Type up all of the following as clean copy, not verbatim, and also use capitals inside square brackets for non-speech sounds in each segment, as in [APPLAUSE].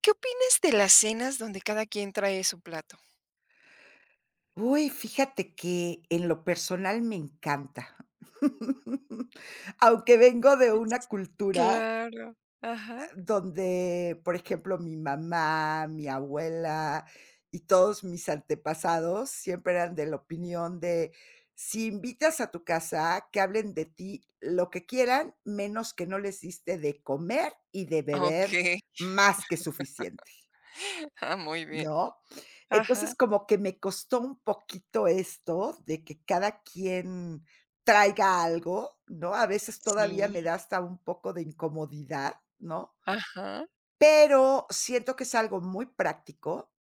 ¿Qué opinas de las cenas donde cada quien trae su plato? Uy, fíjate que en lo personal me encanta. [LAUGHS] Aunque vengo de una Es cultura claro, ajá. donde, por ejemplo, mi mamá, mi abuela y todos mis antepasados siempre eran de la opinión de, si invitas a tu casa, que hablen de ti lo que quieran, menos que no les diste de comer y de beber Okey. más que suficiente. [LAUGHS] Ah, muy bien. ¿No? Ajá. Entonces, como que me costó un poquito esto de que cada quien traiga algo, ¿no? A veces todavía Sí, me da hasta un poco de incomodidad, ¿no? ajá, Pero siento que es algo muy práctico.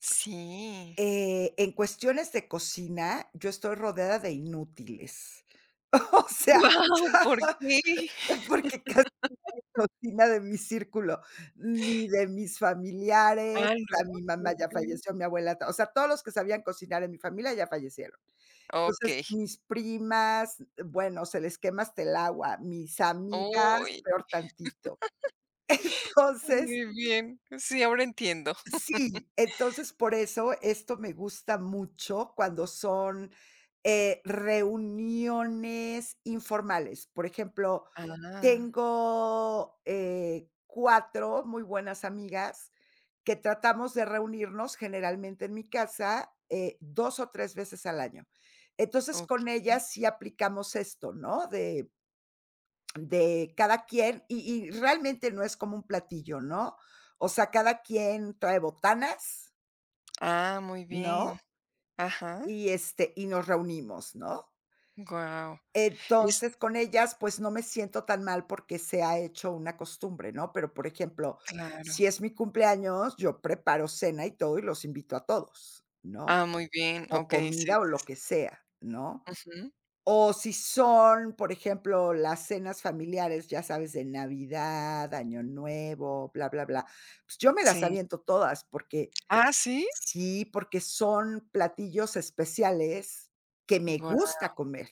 sí. [LAUGHS] En cuestiones de cocina, yo estoy rodeada de inútiles. [LAUGHS] O sea, Wow. ¿Por [LAUGHS] qué? porque cocina de mi círculo, ni de mis familiares, Ah, o ¿no? sea, mi mamá ya Okey. falleció, mi abuela, o sea, todos los que sabían cocinar en mi familia ya fallecieron. Entonces, Okey. mis primas, bueno, se les quema hasta el agua, mis amigas, Uy, peor tantito. Entonces, muy bien. Sí, ahora entiendo. sí, entonces por eso esto me gusta mucho cuando son, reuniones informales. Por ejemplo, Ah, tengo, 4 muy buenas amigas que tratamos de reunirnos generalmente en mi casa, 2 o 3 veces al año. Entonces, con okey. ellas sí aplicamos esto, ¿no? De cada quien y realmente no es como un platillo, ¿no? O sea, cada quien trae botanas, Ah, muy bien. ¿no? Ajá. Y nos reunimos, ¿no? Guau. Es Entonces, con ellas, pues, no me siento tan mal porque se ha hecho una costumbre, ¿no? Pero, por ejemplo, claro. si es mi cumpleaños, yo preparo cena y todo, y los invito a todos, ¿no? Ah, muy bien. O Okey, sí. comida o lo que sea, ¿no? Ujú. O si son, por ejemplo, las cenas familiares, ya sabes, de Navidad, Año Nuevo, bla, bla, bla, pues, yo me las Sí. aviento todas porque Ah, ¿sí? sí, porque son platillos especiales que me Guau. gusta comer.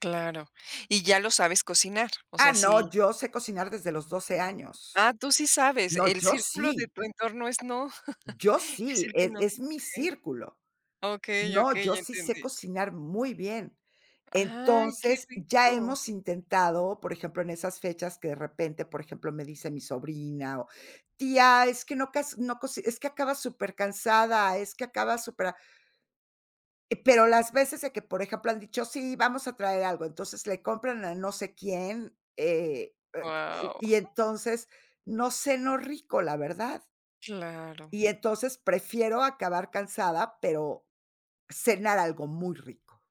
Claro. Y ya lo sabes cocinar, o Ah, sea, no, sí. yo sé cocinar desde los 12 años. Ah, tú sí sabes, No, el yo círculo de sí, tu entorno es no, yo [LAUGHS] es sí, el que no. es mi Okey. círculo. Okey, No, okey, yo ya sí sé entendí. cocinar muy bien. Ay, qué Entonces, ya rico. hemos intentado, por ejemplo, en esas fechas que de repente, por ejemplo, me dice mi sobrina o: "Tía, es que no cas no coci es que acaba súper cansada, es que acaba súper pero las veces de que, por ejemplo, han dicho: "Sí, vamos a traer algo", entonces le compran a no sé quién, Wow. y entonces no ceno rico, la verdad. Claro. Y entonces prefiero acabar cansada, pero cenar algo muy rico.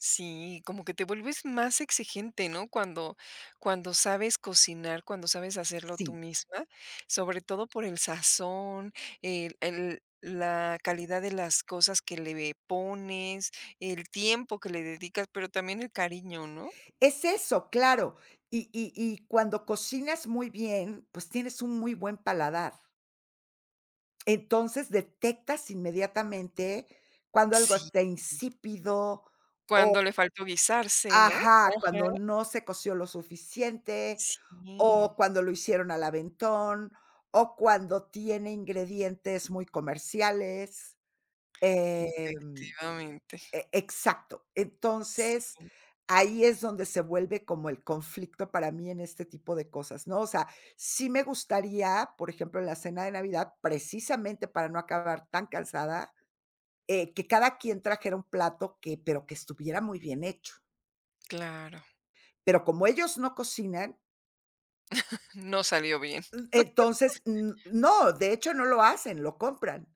Sí, como que te vuelves más exigente, ¿no? Cuando sabes cocinar, cuando sabes hacerlo tú Sí. misma, sobre todo por el sazón, el la calidad de las cosas que le pones, el tiempo que le dedicas, pero también el cariño, ¿no? Es eso, claro. Y cuando cocinas muy bien, pues tienes un muy buen paladar. Entonces detectas inmediatamente cuando algo Sí. está insípido. Cuando le faltó guisarse, ¿no? Ajá, Ajá. cuando no se coció lo suficiente, Sí, o cuando lo hicieron al aventón, o cuando tiene ingredientes muy comerciales. Em, efectivamente. exacto. Sí, Entonces, ahí es donde se vuelve como el conflicto para mí en este tipo de cosas, ¿no? O sea, sí me gustaría, por ejemplo, en la cena de Navidad, precisamente para no acabar tan cansada, que cada quien trajera un plato que pero que estuviera muy bien hecho. claro. Pero como ellos no cocinan. No salió bien. Entonces, no, de hecho, no lo hacen, lo compran,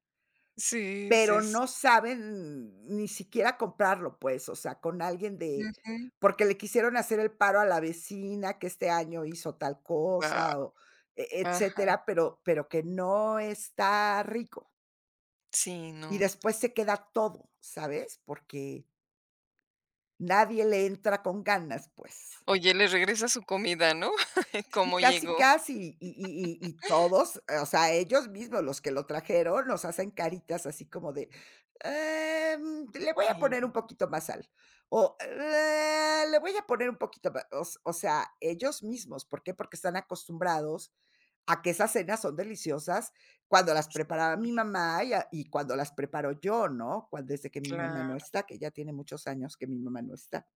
Sí, pero sí, sí. no saben ni siquiera comprarlo, pues, o sea, con alguien de Ujú. porque le quisieron hacer el paro a la vecina que este año hizo tal Guau. cosa o Ajá. etcétera, pero que no está rico. Sí, Y no. después se queda todo, ¿sabes? Porque nadie le entra con ganas, pues. Oye, le regresa su comida, ¿no? [LAUGHS] Sí, ¿Cómo casi, llegó? casi. Y todos, o sea, ellos mismos, los que lo trajeron, nos hacen caritas así como de: "Le voy a poner Sí, un poquito más sal", o, "Le voy a poner un poquito ma", o sea, ellos mismos, ¿por qué? Porque están acostumbrados a que esas cenas son deliciosas cuando las preparaba mi mamá y cuando las preparo yo, ¿no? Cuando desde que mi mamá no claro. está, que ya tiene muchos años que mi mamá no está.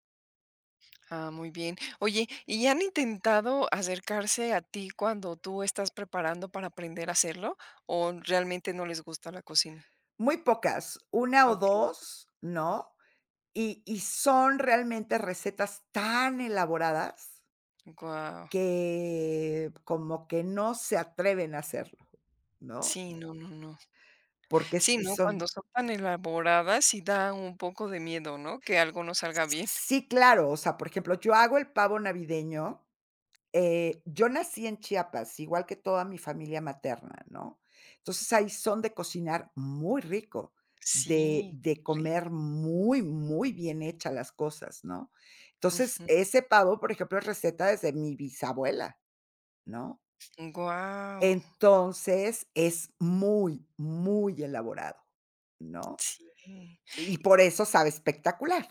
Ah, muy bien. Oye, ¿y han intentado acercarse a ti cuando tú estás preparando para aprender a hacerlo, o realmente no les gusta la cocina? Muy pocas, una o Okey. dos, ¿no? Y son realmente recetas tan elaboradas Guau. que como que no se atreven a hacerlo, ¿no? Sí, no, no, no. Porque Sí, sí ¿no? Cuando son son tan elaboradas, sí da un poco de miedo, ¿no? Que algo no salga bien. sí, claro, o sea, por ejemplo, yo hago el pavo navideño, yo nací en Chiapas, igual que toda mi familia materna, ¿no? Entonces, ahí son de cocinar muy rico, de Sí, de qué comer rico. muy, muy bien hechas las cosas, ¿no? Entonces, Ujú. ese pavo, por ejemplo, es receta desde mi bisabuela, ¿no? Guau. Entonces, es muy, muy elaborado, ¿no? Sí. Y por eso sabe espectacular.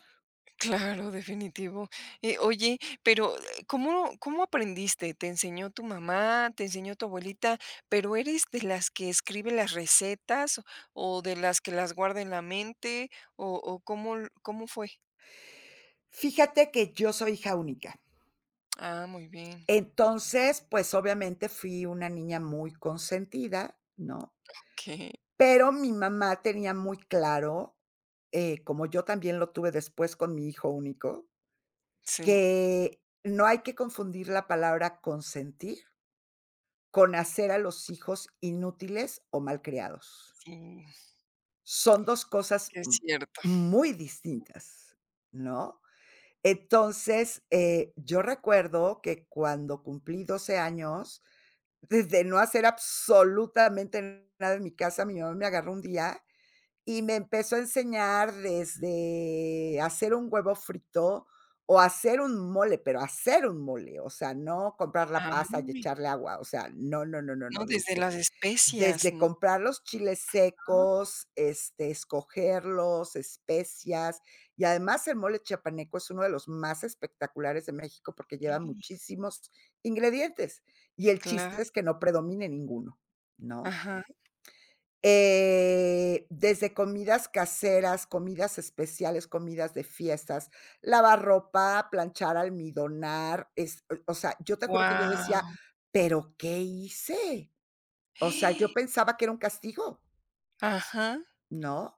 Claro, definitivo. Oye, pero ¿cómo, cómo aprendiste? ¿Te enseñó tu mamá? ¿Te enseñó tu abuelita? ¿Pero eres de las que escribe las recetas o de las que las guarda en la mente? O cómo, cómo fue? Fíjate que yo soy hija única. Ah, muy bien. Entonces, pues, obviamente fui una niña muy consentida, ¿no? Que Pero mi mamá tenía muy claro, como yo también lo tuve después con mi hijo único, sí, que no hay que confundir la palabra consentir con hacer a los hijos inútiles o malcriados. sí, Son 2 cosas que es m cierto. muy distintas, ¿no? Entonces, yo recuerdo que cuando cumplí 12 años, desde no hacer absolutamente nada en mi casa, mi mamá me agarró un día y me empezó a enseñar desde hacer un huevo frito o hacer un mole, pero hacer un mole, o sea, no comprar la pasa y Ay, echarle agua, o sea, no, no, no, no, no, no, desde desde las especias, ¿no? comprar los chiles Ah, secos, este, escogerlos, especias, y además el mole chiapaneco es uno de los más espectaculares de México porque lleva okey, muchísimos ingredientes, y el claro. chiste es que no predomine ninguno, ¿no? Ajá. Desde comidas caseras, comidas especiales, comidas de fiestas, lavar ropa, planchar, almidonar, es o sea, yo te juro que yo decía: Wow. "¿Pero qué hice?". O sea, yo [GASPS] pensaba que era un castigo, Ajá, ¿no?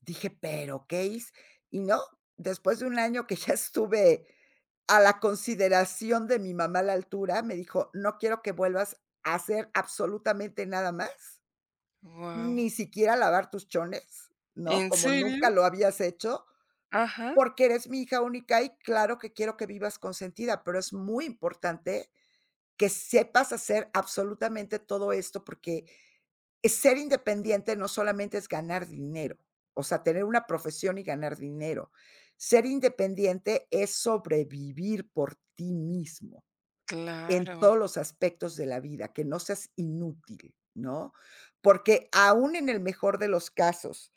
Dije: "¿Pero qué hice?". Y no, después de un año que ya estuve a la consideración de mi mamá a la altura, me dijo: "No quiero que vuelvas a hacer absolutamente nada más, wow. ni siquiera lavar tus chones, ¿no? ¿En Como nunca serio? lo habías hecho, Ajá, porque eres mi hija única y claro que quiero que vivas consentida, pero es muy importante que sepas hacer absolutamente todo esto, porque ser independiente no solamente es ganar dinero, o sea, tener una profesión y ganar dinero. Ser independiente es sobrevivir por ti mismo en claro, todos los aspectos de la vida, que no seas inútil, ¿no? Porque aún en el mejor de los casos,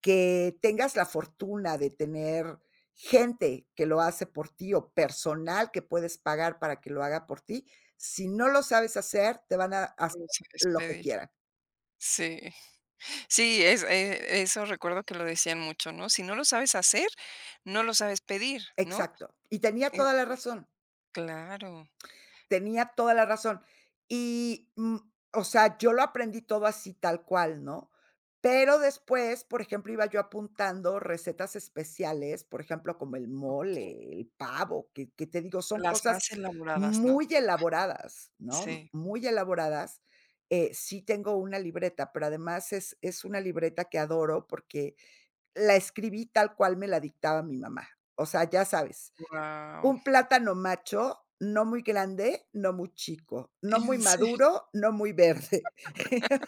que tengas la fortuna de tener gente que lo hace por ti o personal que puedes pagar para que lo haga por ti, si no lo sabes hacer, te van a hacer no sabes lo que pedir. quieran. Sí, sí, es eso recuerdo que lo decían mucho, ¿no? Si no lo sabes hacer, no lo sabes pedir, ¿no? Exacto. Y tenía Eh, toda la razón, claro, tenía toda la razón. Y, o sea, yo lo aprendí todo así tal cual, ¿no? Pero después, por ejemplo, iba yo apuntando recetas especiales, por ejemplo, como el sí, mole, el pavo, que te digo, son las cosas más elaboradas, ¿no? muy elaboradas, ¿no? Sí, Muy elaboradas. Sí tengo una libreta, pero además es una libreta que adoro porque la escribí tal cual me la dictaba mi mamá. O sea, ya sabes. wow, Un plátano macho, no muy grande, no muy chico, no muy ¿en serio? maduro, no muy verde. [LAUGHS]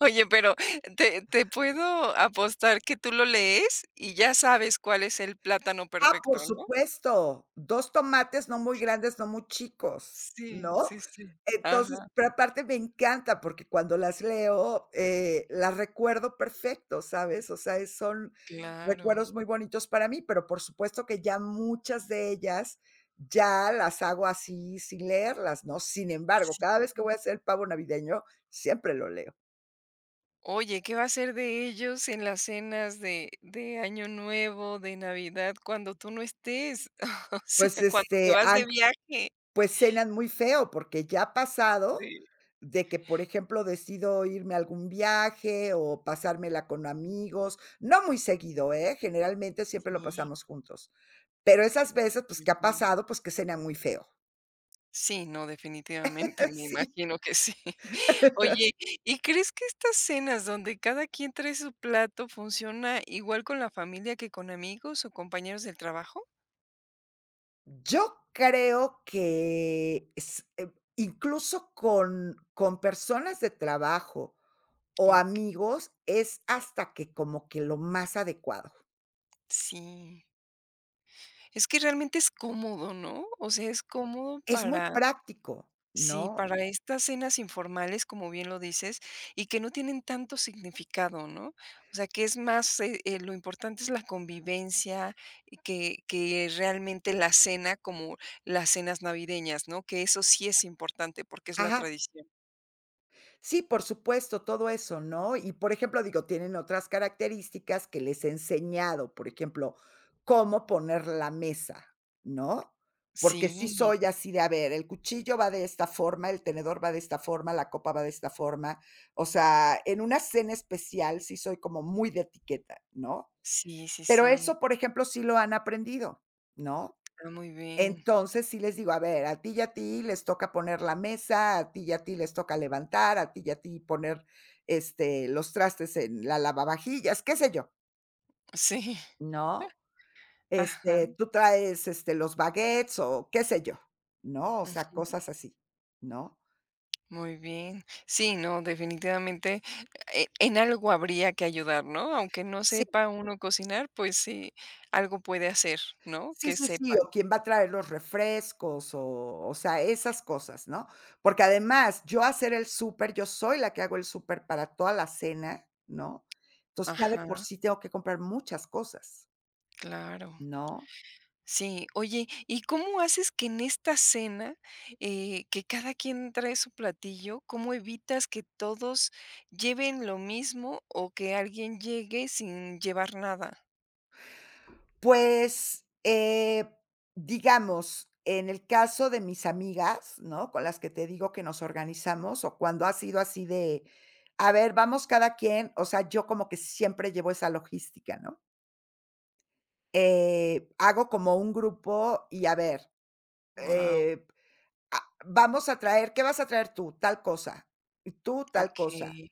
Oye, pero te puedo apostar que tú lo lees y ya sabes cuál es el plátano Ah, perfecto, por ¿no? supuesto, dos tomates no muy grandes, no muy chicos, Sí, ¿no? sí, sí. Entonces, Ajá, pero aparte me encanta porque cuando las leo, las recuerdo perfecto, ¿sabes? O sea, es son claro. recuerdos muy bonitos para mí, pero por supuesto que ya muchas de ellas ya las hago así sin leerlas, ¿no? Sin embargo, Sí. cada vez que voy a hacer el pavo navideño, siempre lo leo. Oye, ¿qué va a ser de ellos en las cenas de Año Nuevo, de Navidad, cuando tú no estés? [LAUGHS] O sea, Pues, cuando te este, vas han de viaje. Pues cenan muy feo, porque ya ha pasado Sí. de que, por ejemplo, decido irme a algún viaje o pasármela con amigos, no muy seguido, ¿eh? Generalmente siempre lo pasamos juntos, pero esas veces, pues, que ha Sí. pasado, pues, que cena muy feo. Sí, no, definitivamente, [LAUGHS] me Sí. imagino que sí. [LAUGHS] Oye, ¿y crees que estas cenas donde cada quien trae su plato funciona igual con la familia que con amigos o compañeros del trabajo? Yo creo que s incluso con personas de trabajo o Oh, amigos, es hasta que como que lo más adecuado. sí, es que realmente es cómodo, ¿no? O sea, es cómodo Es muy para. práctico, Sí, ¿no? para estas cenas informales, como bien lo dices, y que no tienen tanto significado, ¿no? O sea, que es más, lo importante es la convivencia y que realmente la cena como las cenas navideñas, ¿no? Que eso sí es importante porque es la Ajá. tradición. Sí, por supuesto, todo eso, ¿no? Y, por ejemplo, digo, tienen otras características que les he enseñado, por ejemplo, cómo poner la mesa, ¿no? Porque sí Sí, soy así de, a ver, el cuchillo va de esta forma, el tenedor va de esta forma, la copa va de esta forma. O sea, en una cena especial sí soy como muy de etiqueta, ¿no? sí, sí, Pero sí. eso, por ejemplo, sí lo han aprendido, ¿no? Ah, muy bien. Entonces, sí les digo: "A ver, a ti y a ti les toca poner la mesa, a ti y a ti les toca levantar, a ti y a ti poner, los trastes en la lavavajillas", qué sé yo, Sí, ¿no? ajá. Tú traes, los baguettes o qué sé yo, ¿no? O sea, cosas así, ¿no? Muy bien. Sí, no, definitivamente en algo habría que ayudar, ¿no? Aunque no sepa uno cocinar, pues sí, algo puede hacer, ¿no? Sí, Que sí, sí, sepan. o quién va a traer los refrescos, o sea, esas cosas, ¿no? Porque además, yo hacer el súper, yo soy la que hago el súper para toda la cena, ¿no? Entonces, ya de por Ajá, sí tengo que comprar muchas cosas, claro. ¿no? Sí, oye, ¿y cómo haces que en esta cena, que cada quien trae su platillo, cómo evitas que todos lleven lo mismo o que alguien llegue sin llevar nada? Pues, digamos, en el caso de mis amigas, ¿no? Con las que te digo que nos organizamos, o cuando ha sido así de, a ver, vamos cada quien, o sea, yo como que siempre llevo esa logística, ¿no? Hago como un grupo y a ver, Wow, eh, vamos a traer, ¿qué vas a traer tú? Tal cosa. Y tú tal ok, cosa.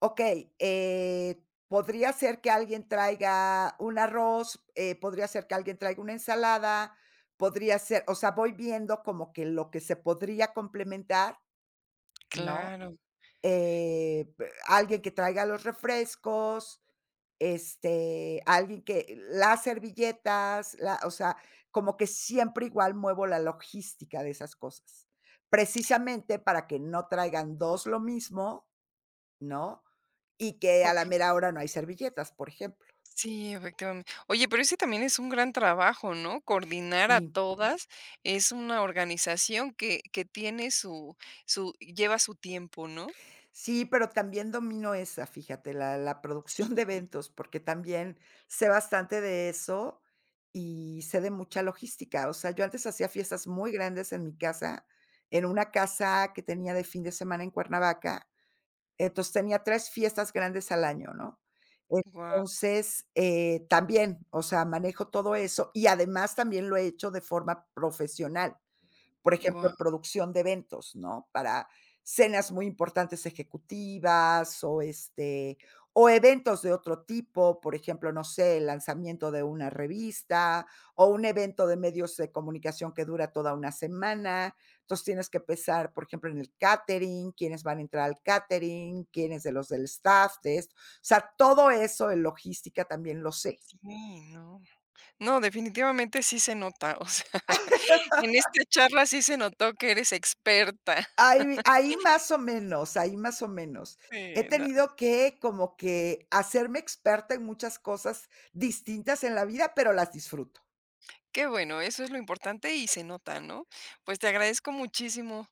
Okey, podría ser que alguien traiga un arroz, podría ser que alguien traiga una ensalada, podría ser, o sea, voy viendo como que lo que se podría complementar, ¿no? claro, Pe alguien que traiga los refrescos, este, alguien que las servilletas, la o sea, como que siempre igual muevo la logística de esas cosas. Precisamente para que no traigan 2 lo mismo, ¿no? Y que a ok. la mera hora no hay servilletas, por ejemplo. Sí, efectivamente. Oye, pero ese también es un gran trabajo, ¿no? Coordinar a todas. Es una organización que tiene su, su, lleva su tiempo, ¿no? Sí, pero también domino esa, fíjate, la producción de Sí. eventos, porque también sé bastante de eso y sé de mucha logística. O sea, yo antes hacía fiestas muy grandes en mi casa, en una casa que tenía de fin de semana en Cuernavaca. Entonces, tenía 3 fiestas grandes al año, ¿no? Guau, Entonces, también, o sea, manejo todo eso y además también lo he hecho de forma profesional, por ejemplo, guau, en producción de eventos, ¿no? Para cenas muy importantes ejecutivas o eventos de otro tipo, por ejemplo, no sé, el lanzamiento de una revista o un evento de medios de comunicación que dura toda una semana. Entonces tienes que pensar, por ejemplo, en el catering, quiénes van a entrar al catering, quiénes de los del staff, de esto. O sea, todo eso en logística también lo sé. sí, no. No, definitivamente sí se nota. O sea, [LAUGHS] en esta charla sí se notó que eres experta. [LAUGHS] Ahí más o menos, ahí más o menos. He Sí, no. tenido que como que hacerme experta en muchas cosas distintas en la vida, pero las disfruto. Qué bueno, eso es lo importante y se nota, ¿no? Pues te agradezco muchísimo